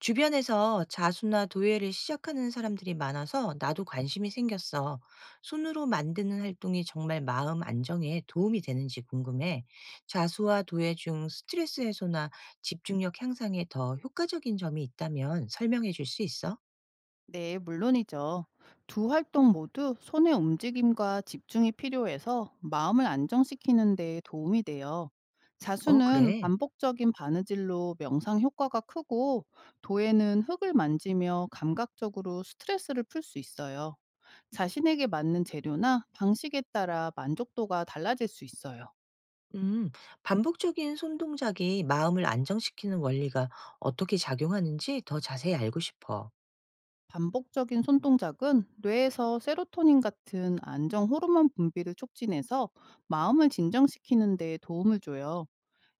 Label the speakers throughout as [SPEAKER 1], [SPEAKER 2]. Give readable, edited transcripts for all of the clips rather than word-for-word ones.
[SPEAKER 1] 주변에서 자수나 도예를 시작하는 사람들이 많아서 나도 관심이 생겼어. 손으로 만드는 활동이 정말 마음 안정에 도움이 되는지 궁금해. 자수와 도예 중 스트레스 해소나 집중력 향상에 더 효과적인 점이 있다면 설명해 줄 수 있어?
[SPEAKER 2] 네, 물론이죠. 두 활동 모두 손의 움직임과 집중이 필요해서 마음을 안정시키는 데 도움이 돼요.
[SPEAKER 1] 어,
[SPEAKER 2] 자수는
[SPEAKER 1] 그래.
[SPEAKER 2] 반복적인 바느질로 명상 효과가 크고, 도에는 흙을 만지며 감각적으로 스트레스를 풀 수 있어요. 자신에게 맞는 재료나 방식에 따라 만족도가 달라질 수 있어요.
[SPEAKER 1] 음, 반복적인 손 동작이 마음을 안정시키는 원리가 어떻게 작용하는지 더 자세히 알고 싶어.
[SPEAKER 2] 반복적인 손동작은 뇌에서 세로토닌 같은 안정 호르몬 분비를 촉진해서 마음을 진정시키는 데 도움을 줘요.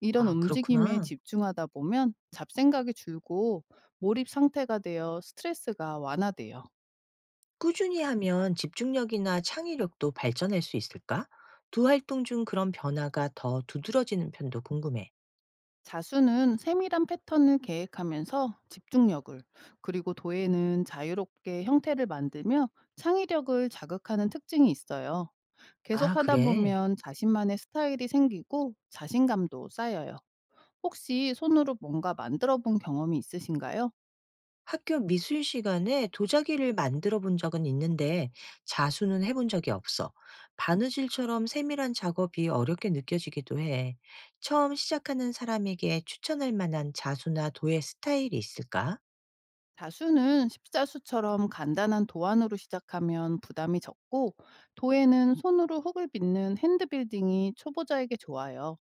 [SPEAKER 2] 이런
[SPEAKER 1] 아,
[SPEAKER 2] 움직임에
[SPEAKER 1] 그렇구나.
[SPEAKER 2] 집중하다 보면 잡생각이 줄고 몰입 상태가 되어 스트레스가 완화돼요.
[SPEAKER 1] 꾸준히 하면 집중력이나 창의력도 발전할 수 있을까? 두 활동 중 그런 변화가 더 두드러지는 편도 궁금해.
[SPEAKER 2] 자수는 세밀한 패턴을 계획하면서 집중력을, 그리고 도에는 자유롭게 형태를 만들며 창의력을 자극하는 특징이 있어요. 계속
[SPEAKER 1] 아,
[SPEAKER 2] 하다
[SPEAKER 1] 그래.
[SPEAKER 2] 보면 자신만의 스타일이 생기고 자신감도 쌓여요. 혹시 손으로 뭔가 만들어 본 경험이 있으신가요?
[SPEAKER 1] 학교 미술 시간에 도자기를 만들어 본 적은 있는데 자수는 해본 적이 없어. 바느질처럼 세밀한 작업이 어렵게 느껴지기도 해. 처음 시작하는 사람에게 추천할 만한 자수나 도예 스타일이 있을까?
[SPEAKER 2] 다수는 십자수처럼 간단한 도안으로 시작하면 부담이 적고, 도에는 손으로 흙을 빚는 핸드빌딩이 초보자에게 좋아요.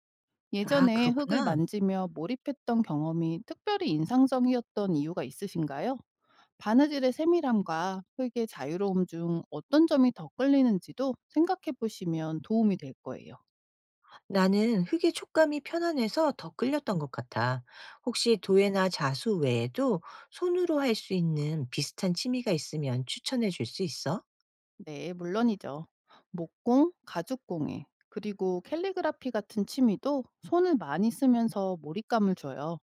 [SPEAKER 1] 아,
[SPEAKER 2] 예전에 흙을
[SPEAKER 1] 그렇구나.
[SPEAKER 2] 만지며 몰입했던 경험이 특별히 인상적이었던 이유가 있으신가요? 바느질의 세밀함과 흙의 자유로움 중 어떤 점이 더 끌리는지도 생각해 보시면 도움이 될 거예요.
[SPEAKER 1] 나는 흙의 촉감이 편안해서 더 끌렸던 것 같아. 혹시 도예나 자수 외에도 손으로 할 수 있는 비슷한 취미가 있으면 추천해 줄 수 있어?
[SPEAKER 2] 네, 물론이죠. 목공, 가죽공예, 그리고 캘리그라피 같은 취미도 손을 많이 쓰면서 몰입감을 줘요.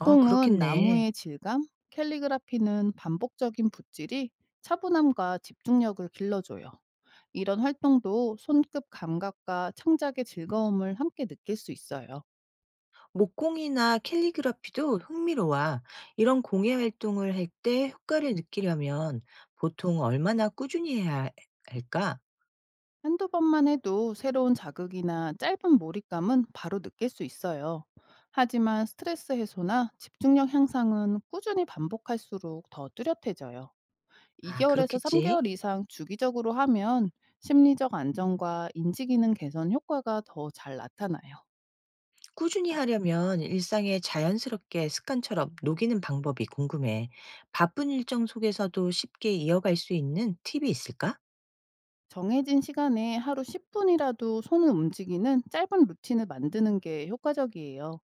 [SPEAKER 1] 아, 그렇겠네.
[SPEAKER 2] 나무의 질감, 캘리그라피는 반복적인 붓질이 차분함과 집중력을 길러줘요. 이런 활동도 손끝 감각과 창작의 즐거움을 함께 느낄 수 있어요.
[SPEAKER 1] 목공이나 캘리그라피도 흥미로워. 이런 공예 활동을 할 때 효과를 느끼려면 보통 얼마나 꾸준히 해야 할까?
[SPEAKER 2] 한두 번만 해도 새로운 자극이나 짧은 몰입감은 바로 느낄 수 있어요. 하지만 스트레스 해소나 집중력 향상은 꾸준히 반복할수록 더 뚜렷해져요.
[SPEAKER 1] 아,
[SPEAKER 2] 2개월에서
[SPEAKER 1] 그렇겠지.
[SPEAKER 2] 3개월 이상 주기적으로 하면 심리적 안정과 인지 기능 개선 효과가 더 잘 나타나요.
[SPEAKER 1] 꾸준히 하려면 일상에 자연스럽게 습관처럼 녹이는 방법이 궁금해. 바쁜 일정 속에서도 쉽게 이어갈 수 있는 팁이 있을까?
[SPEAKER 2] 정해진 시간에 하루 10분이라도 손을 움직이는 짧은 루틴을 만드는 게 효과적이에요.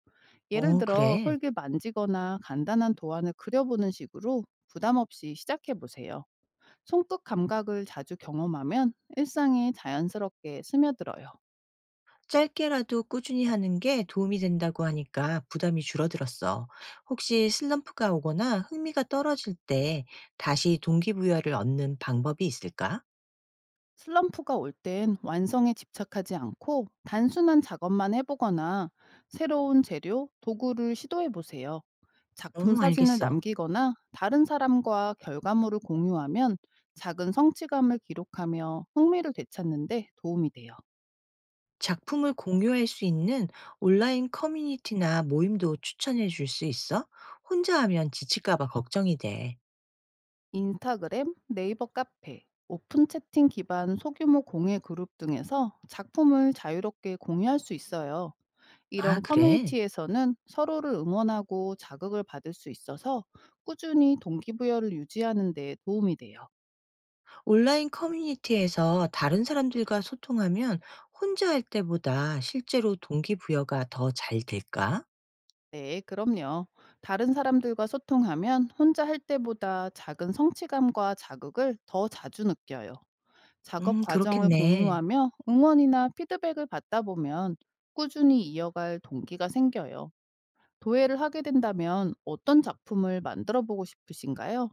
[SPEAKER 2] 예를
[SPEAKER 1] 어,
[SPEAKER 2] 들어
[SPEAKER 1] 그래.
[SPEAKER 2] 흙을 만지거나 간단한 도안을 그려보는 식으로 부담 없이 시작해 보세요. 손끝 감각을 자주 경험하면 일상에 자연스럽게 스며들어요.
[SPEAKER 1] 짧게라도 꾸준히 하는 게 도움이 된다고 하니까 부담이 줄어들었어. 혹시 슬럼프가 오거나 흥미가 떨어질 때 다시 동기부여를 얻는 방법이 있을까?
[SPEAKER 2] 슬럼프가 올 땐 완성에 집착하지 않고 단순한 작업만 해보거나 새로운 재료, 도구를 시도해 보세요.
[SPEAKER 1] 어,
[SPEAKER 2] 작품 사진을
[SPEAKER 1] 알겠어.
[SPEAKER 2] 남기거나 다른 사람과 결과물을 공유하면 작은 성취감을 기록하며 흥미를 되찾는데 도움이 돼요.
[SPEAKER 1] 작품을 공유할 수 있는 온라인 커뮤니티나 모임도 추천해 줄 수 있어? 혼자 하면 지칠까봐 걱정이 돼.
[SPEAKER 2] 인스타그램, 네이버 카페, 오픈 채팅 기반 소규모 공예 그룹 등에서 작품을 자유롭게 공유할 수 있어요. 이런
[SPEAKER 1] 아, 그래?
[SPEAKER 2] 커뮤니티에서는 서로를 응원하고 자극을 받을 수 있어서 꾸준히 동기부여를 유지하는 데 도움이 돼요.
[SPEAKER 1] 온라인 커뮤니티에서 다른 사람들과 소통하면 혼자 할 때보다 실제로 동기부여가 더 잘 될까?
[SPEAKER 2] 네, 그럼요. 다른 사람들과 소통하면 혼자 할 때보다 작은 성취감과 자극을 더 자주 느껴요. 작업 과정을
[SPEAKER 1] 그렇겠네.
[SPEAKER 2] 공유하며 응원이나 피드백을 받다 보면 꾸준히 이어갈 동기가 생겨요. 도예를 하게 된다면 어떤 작품을 만들어 보고 싶으신가요?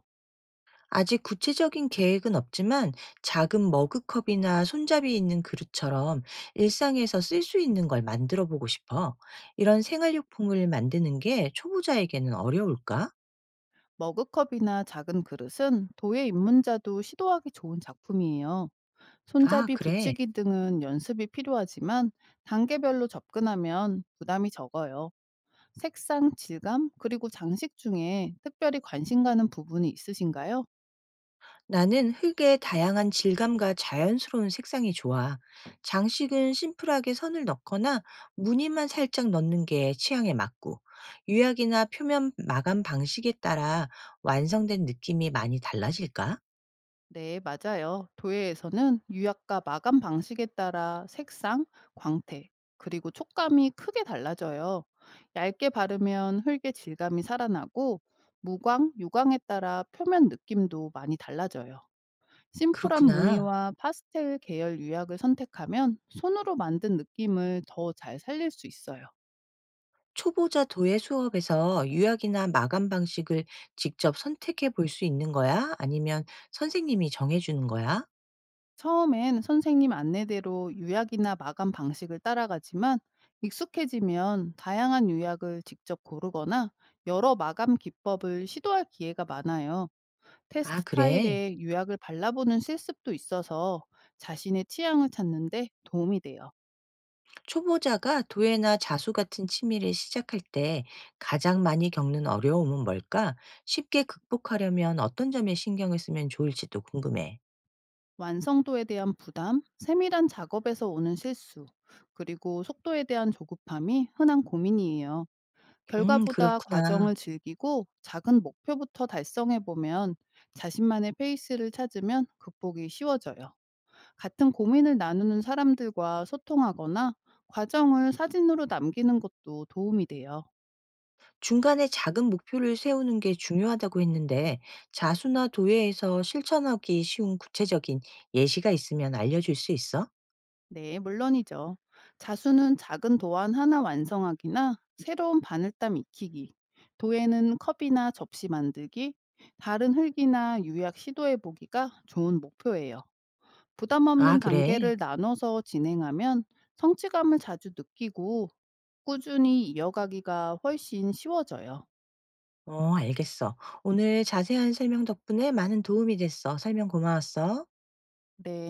[SPEAKER 1] 아직 구체적인 계획은 없지만 작은 머그컵이나 손잡이 있는 그릇처럼 일상에서 쓸 수 있는 걸 만들어 보고 싶어. 이런 생활용품을 만드는 게 초보자에게는 어려울까?
[SPEAKER 2] 머그컵이나 작은 그릇은 도예 입문자도 시도하기 좋은 작품이에요.
[SPEAKER 1] 아,
[SPEAKER 2] 손잡이
[SPEAKER 1] 그래.
[SPEAKER 2] 붙이기 등은 연습이 필요하지만 단계별로 접근하면 부담이 적어요. 색상, 질감, 그리고 장식 중에 특별히 관심 가는 부분이 있으신가요?
[SPEAKER 1] 나는 흙의 다양한 질감과 자연스러운 색상이 좋아. 장식은 심플하게 선을 넣거나 무늬만 살짝 넣는 게 취향에 맞고, 유약이나 표면 마감 방식에 따라 완성된 느낌이 많이 달라질까?
[SPEAKER 2] 네, 맞아요. 도예에서는 유약과 마감 방식에 따라 색상, 광택, 그리고 촉감이 크게 달라져요. 얇게 바르면 흙의 질감이 살아나고 무광, 유광에 따라 표면 느낌도 많이 달라져요. 심플한
[SPEAKER 1] 그렇구나.
[SPEAKER 2] 무늬와 파스텔 계열 유약을 선택하면 손으로 만든 느낌을 더 잘 살릴 수 있어요.
[SPEAKER 1] 초보자 도예 수업에서 유학이나 마감 방식을 직접 선택해 볼 수 있는 거야? 아니면 선생님이 정해주는 거야?
[SPEAKER 2] 처음엔 선생님 안내대로 요약이나 마감 방식을 따라가지만 익숙해지면 다양한 요약을 직접 고르거나 여러 마감 기법을 시도할 기회가 많아요.
[SPEAKER 1] 아,
[SPEAKER 2] 테스트
[SPEAKER 1] 그래.
[SPEAKER 2] 타일에 요약을 발라보는 실습도 있어서 자신의 취향을 찾는데 도움이 돼요.
[SPEAKER 1] 초보자가 도예나 자수 같은 취미를 시작할 때 가장 많이 겪는 어려움은 뭘까? 쉽게 극복하려면 어떤 점에 신경을 쓰면 좋을지도 궁금해.
[SPEAKER 2] 완성도에 대한 부담, 세밀한 작업에서 오는 실수, 그리고 속도에 대한 조급함이 흔한 고민이에요. 결과보다
[SPEAKER 1] 그렇구나.
[SPEAKER 2] 과정을 즐기고 작은 목표부터 달성해 보면 자신만의 페이스를 찾으면 극복이 쉬워져요. 같은 고민을 나누는 사람들과 소통하거나 과정을 사진으로 남기는 것도 도움이 돼요.
[SPEAKER 1] 중간에 작은 목표를 세우는 게 중요하다고 했는데 자수나 도예에서 실천하기 쉬운 구체적인 예시가 있으면 알려줄 수 있어?
[SPEAKER 2] 네, 물론이죠. 자수는 작은 도안 하나 완성하기나 새로운 바늘땀 익히기, 도예는 컵이나 접시 만들기, 다른 흙이나 유약 시도해 보기가 좋은 목표예요. 부담 없는
[SPEAKER 1] 아 그래?
[SPEAKER 2] 단계를 나눠서 진행하면 성취감을 자주 느끼고 꾸준히 이어가기가 훨씬 쉬워져요.
[SPEAKER 1] 어 알겠어. 오늘 자세한 설명 덕분에 많은 도움이 됐어. 설명 고마웠어.
[SPEAKER 2] 네.